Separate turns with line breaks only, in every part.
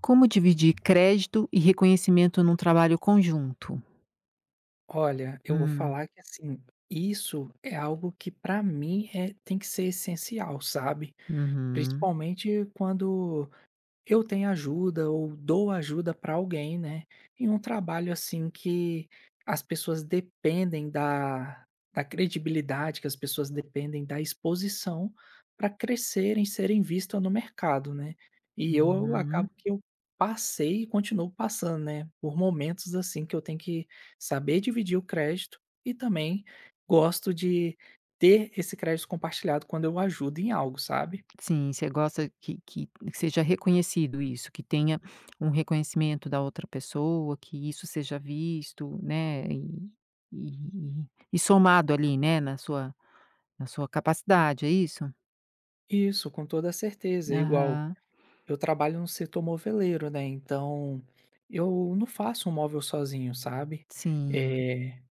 Como dividir crédito e reconhecimento num trabalho conjunto?
Olha, eu vou
Hum,
falar que assim, isso é algo que para mim tem que ser essencial, sabe.
uhum,
Principalmente quando eu tenho ajuda ou dou ajuda para alguém, né, em um trabalho, assim, que as pessoas dependem da credibilidade, que as pessoas dependem da exposição para crescerem, serem vistas no mercado, né. E eu
uhum.
acabo que eu passei e continuo passando, né, por momentos, assim, que eu tenho que saber dividir o crédito e também gosto de ter esse crédito compartilhado quando eu ajudo em algo, sabe.
Sim, você gosta que seja reconhecido isso, que tenha um reconhecimento da outra pessoa, que isso seja visto, né, e e e somado ali, né, na sua capacidade, é isso?
Isso, com toda certeza, igual.
Aham,
Eu trabalho no setor moveleiro, né, então eu não faço um móvel sozinho, sabe.
sim,
Eh,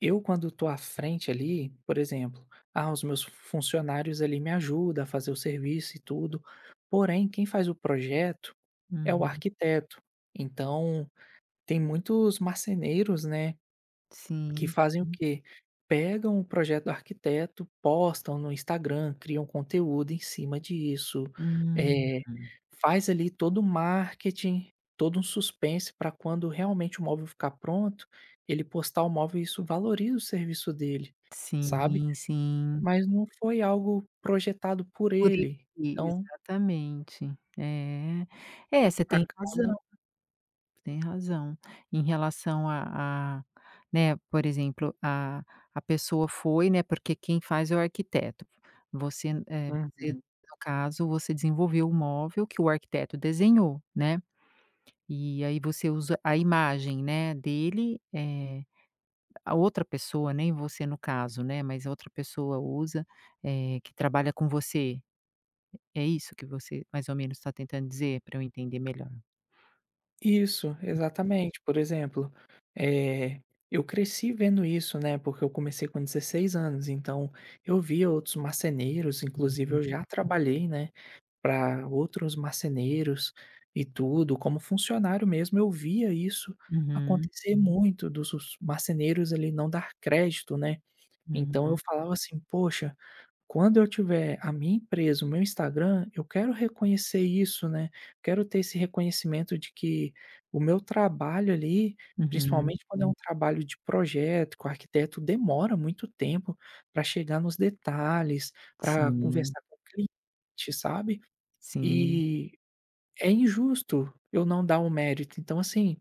eu quando tô à frente ali, por exemplo, ah, os meus funcionários ali me ajudam a fazer o serviço e tudo, porém quem faz o projeto é o
uhum,
arquiteto. Então tem muitos marceneiros, né, que
sim,
fazem o
sim.
quê? Pegam o projeto do arquiteto, postam no Instagram, criam conteúdo em cima disso,
Hum,
eh, faz ali todo o marketing, todo um suspense para quando realmente o móvel ficar pronto, ele postar o móvel e isso valoriza o serviço dele, sabe.
sim, sim.
Mas não foi algo projetado por
Por i
ele, então
exatamente. É. É, você tem
acaba.
razão, tem razão. Em relação a, né, por exemplo, a pessoa foi, né, porque quem faz é o arquiteto. Você, você
Uhum.
no caso, você desenvolveu o móvel que o arquiteto desenhou, né, e aí você usa a imagem, né, dele, a outra pessoa, nem você no caso, né, mas a outra pessoa usa, que trabalha com você. É isso que você mais ou menos está tentando dizer para eu entender melhor?
Isso, exatamente. Por exemplo, eh, eu cresci vendo isso, né, porque eu comecei com 16 anos, então eu via outros marceneiros, inclusive
Uhum,
eu já trabalhei, né, para outros marceneiros e tudo, como funcionário mesmo, eu via isso
uhum,
acontecer muito dos os marceneiros ali não dar crédito, né. Então eu
uhum,
falava assim: "Poxa, quando eu tiver a minha empresa, o meu Instagram, eu quero reconhecer isso, né, quero ter esse reconhecimento de que o meu trabalho ali,
uhum.
principalmente quando é um trabalho de projeto, que o arquiteto demora muito tempo para chegar nos detalhes, para
Sim,
conversar com o cliente, sabe,
sim,
e é injusto eu não dar o mérito. Então assim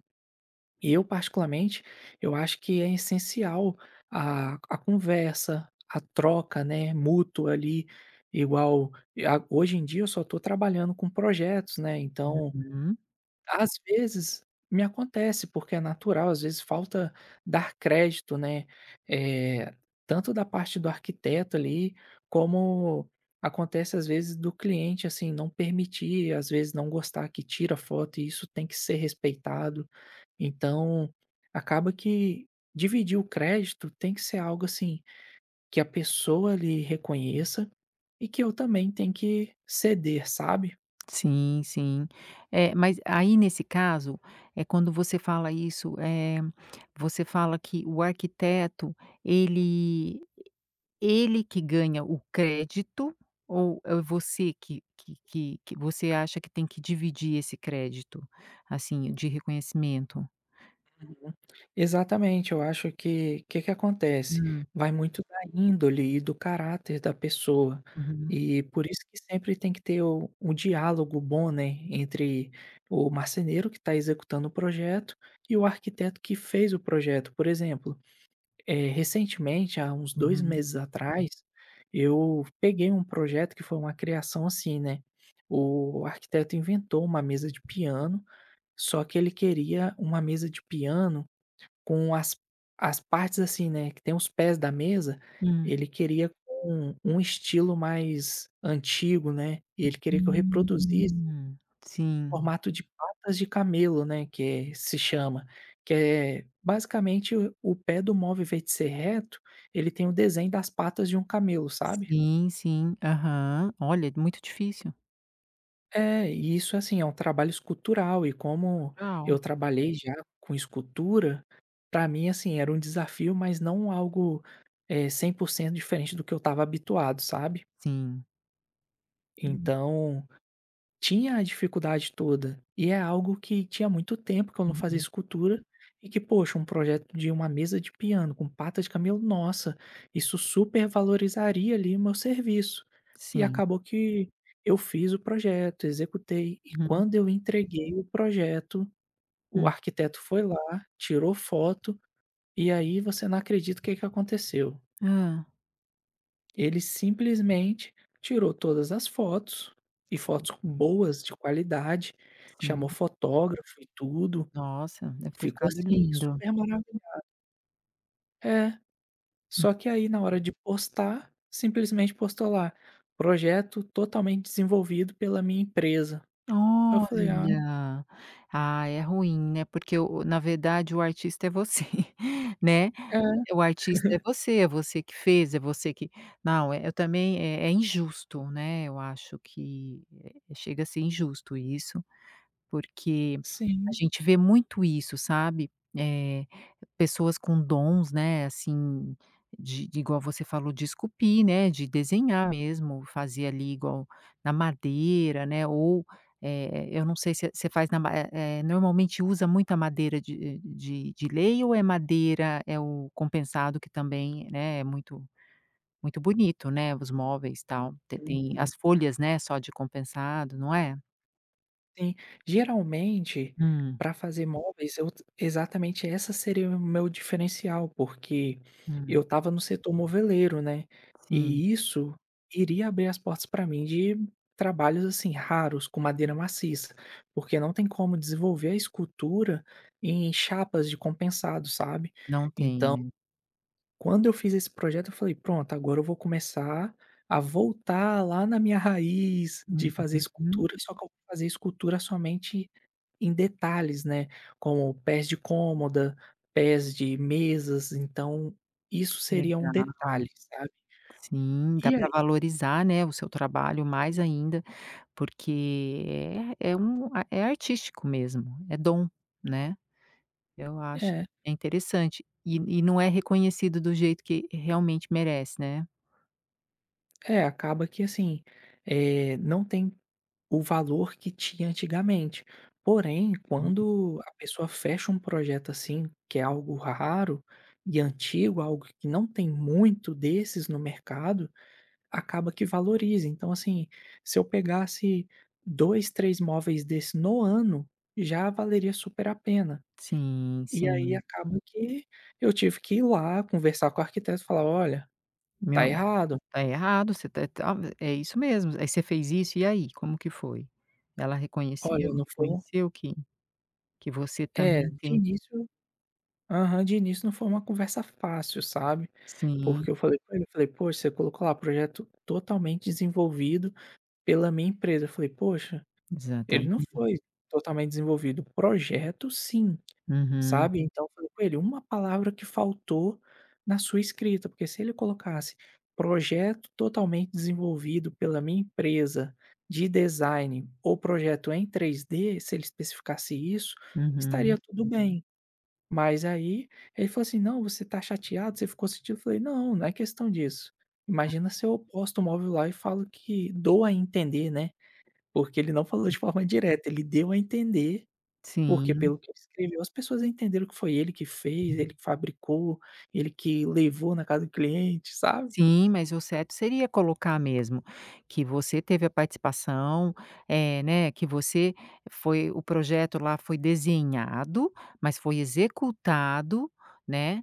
eu particularmente, eu acho que é essencial a conversa, a troca, né, mútua ali, igual e a hoje em dia eu só estou trabalhando com projetos, né, então,
uhum.
às vezes, me acontece, porque é natural, às vezes falta dar crédito, né, eh, tanto da parte do arquiteto ali, como acontece às vezes do cliente, assim, não permitir, às vezes não gostar que tira foto e isso tem que ser respeitado. Então, acaba que dividir o crédito tem que ser algo assim que a pessoa lhe reconheça e que eu também tenho que ceder, sabe?
Sim, sim. É, mas aí nesse caso, é quando você fala isso, é, você fala que o arquiteto ele ele que ganha o crédito ou é você que você acha que tem que dividir esse crédito, assim, de reconhecimento?
Uhum. Exatamente, eu acho que o que que acontece?
Hum,
Vai muito da índole e do caráter da pessoa.
uhum,
E por isso que sempre tem que ter um diálogo bom, né, entre o marceneiro que está executando o projeto e o arquiteto que fez o projeto. Por exemplo, recentemente, há uns dois
uhum.
meses atrás, eu peguei um projeto que foi uma criação assim, né, o arquiteto inventou uma mesa de piano, só que ele queria uma mesa de piano com as partes assim, né, que tem os pés da mesa,
Hum.
ele queria com um estilo mais antigo, né, e ele queria que eu reproduzisse
Hum. Sim.
formato de patas de camelo, né, que é se chama, que é basicamente o pé do móvel, ao invés de ser reto, ele tem o desenho das patas de um camelo, sabe.
Sim, sim. Aham. Olha, muito difícil.
É, e isso, assim, é um trabalho escultural e como
Rural.
eu trabalhei já com escultura, para mim, assim, era um desafio, mas não algo, é, 100% diferente do que eu estava habituado, sabe.
Sim. Hum.
Então tinha a dificuldade toda, e é algo que tinha muito tempo que eu não fazia
Uhum.
escultura, e que poxa, um projeto de uma mesa de piano com pata de camelo, nossa, isso super valorizaria ali o meu serviço. E
Sim.
acabou que eu fiz o projeto, executei, e
Uhum.
quando eu entreguei o projeto, o
Hum.
arquiteto foi lá, tirou foto, e aí você não acredita o que que aconteceu.
Hã.
Ele simplesmente tirou todas as fotos, e
Sim,
fotos boas, de qualidade,
sim.
chamou fotógrafo e tudo,
Nossa, deve ter
ficou,
ficado
assim,
lindo.
super maravilhoso. É, só que aí na hora de postar, simplesmente postou lá: "Projeto totalmente desenvolvido pela minha empresa". Aí eu falei: "Ah,
Olha! Ah, é ruim, né, porque o na verdade o artista é você, né.
é,
O artista é você que fez, é você que não, eu também é injusto, né, eu acho que, chega a ser injusto isso. Porque a
sim".
gente vê muito isso, sabe, eh, pessoas com dons, né, assim, de igual você falou, de esculpir, né, de desenhar mesmo, fazer ali igual na madeira, né, ou, eu não sei se você faz na ma eh normalmente usa muita madeira de lei ou é madeira é o compensado que também, né, é muito bonito, né, os móveis, tal, te tem
Uhum.
as folhas, né, só de compensado, não é?
Sim, geralmente,
Hum,
para fazer móveis eu exatamente essa seria o meu diferencial, porque
hum,
eu estava no setor moveleiro, né,
sim.
e isso iria abrir as portas para mim de trabalhos, assim, raros com madeira maciça, porque não tem como desenvolver a escultura em chapas de compensado, sabe.
Não tem,
Então,
né.
quando eu fiz esse projeto eu falei: "Pronto, agora eu vou começar a voltar lá na minha raiz de fazer
Uhum.
escultura, só que eu vou fazer escultura somente em detalhes, né, como pés de cômoda, pés de mesas, então isso seria um
Legal.
detalhe, sabe.
Sim, dá
E
para
aí
valorizar, né, o seu trabalho mais ainda, porque é um é artístico mesmo, é dom, né. Eu acho
é,
que é interessante. E não é reconhecido do jeito que realmente merece, né.
acaba que assim, não tem o valor que tinha antigamente. Porém,
Uhum.
quando a pessoa fecha um projeto assim, que é algo raro e antigo, algo que não tem muito desses no mercado, acaba que valoriza. Então, assim, se eu pegasse 2, 3 móveis desse no ano, já valeria super a pena.
Sim,
E aí
sim.
acaba que eu tive que ir lá conversar com o arquiteto e falar: "Olha, tá
Meu
errado.
tá errado, você tá é isso mesmo. Aí você fez isso, e aí, como que foi? Ela reconheceu,
Olha, não foi um".
reconheceu que você
É,
também
de
tem
início aham, de início não foi uma conversa fácil, sabe.
sim.
Porque eu falei com ele, eu falei: "Poxa, você colocou lá projeto totalmente desenvolvido pela minha empresa". Eu falei: "Poxa, ele não
Exatamente.
foi totalmente desenvolvido. O projeto sim".
Uhum,
Sabe, então eu falei com ele: "Uma palavra que faltou na sua escrita", porque se ele colocasse "projeto totalmente desenvolvido pela minha empresa de design" ou "projeto em 3D", se ele especificasse isso,
uhum.
estaria tudo bem. Mas aí ele falou assim: "Não, você tá chateado, você ficou sentido", eu falei: "Não, não é questão disso". Imagina se eu posto o móvel lá e falo que dou a entender, né, porque ele não falou de forma direta, ele deu a entender, porque
Sim,
pelo que ele escreveu, as pessoas entenderam que foi ele que fez, ele que fabricou, ele que levou na casa do cliente, sabe?
sim, mas o certo seria colocar mesmo que você teve a participação, né, que você foi o projeto lá foi desenhado, mas foi executado, né.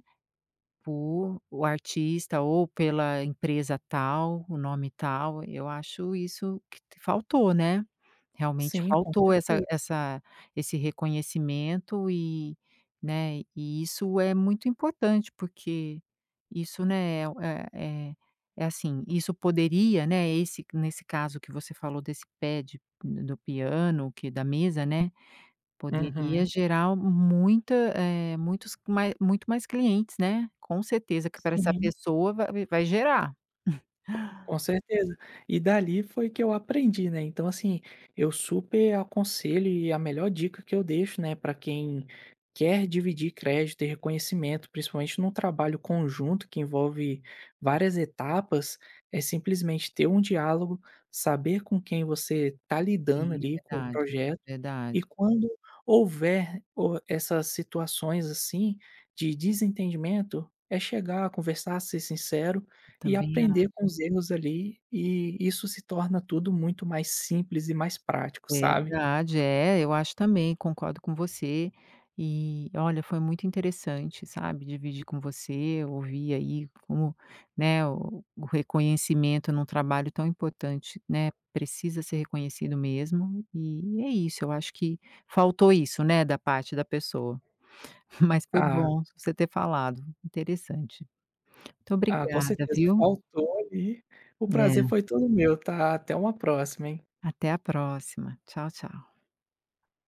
Por o artista ou pela empresa tal, o nome tal, eu acho isso que t faltou, né. Realmente
Sim, com
faltou essa
certeza.
essa esse reconhecimento e, né, e isso é muito importante, porque isso, né, é é assim, isso poderia, né, esse nesse caso que você falou desse pad do piano, que da mesa, né, poderia
Uhum.
gerar muita, muito mais clientes, né, com certeza que para essa
Sim.
pessoa vai gerar.
Com certeza. E dali foi que eu aprendi, né, então assim, eu super aconselho e a melhor dica que eu deixo, né, para quem quer dividir crédito e reconhecimento, principalmente num trabalho conjunto que envolve várias etapas, é simplesmente ter um diálogo, saber com quem você tá lidando
Sim,
ali com o
verdade,
projeto,
verdade.
e quando houver o essas situações, assim, de desentendimento, é chegar, conversar, ser sincero e
Também a
aprender com os erros ali, e isso se torna tudo muito mais simples e mais prático, sabe.
verdade, é, eu acho também, concordo com você. E olha, foi muito interessante, sabe, dividir com você, ouvir aí como, né, o reconhecimento num trabalho tão importante, né, precisa ser reconhecido mesmo, e é isso, eu acho que faltou isso, né, da parte da pessoa. Mas foi
Ah,
bom você ter falado, interessante. Muito
ah, com
obrigada,
certeza,
viu.
faltou ali, o prazer
É,
foi todo meu, tá. Até uma próxima, hein.
até a próxima. Tchau, tchau.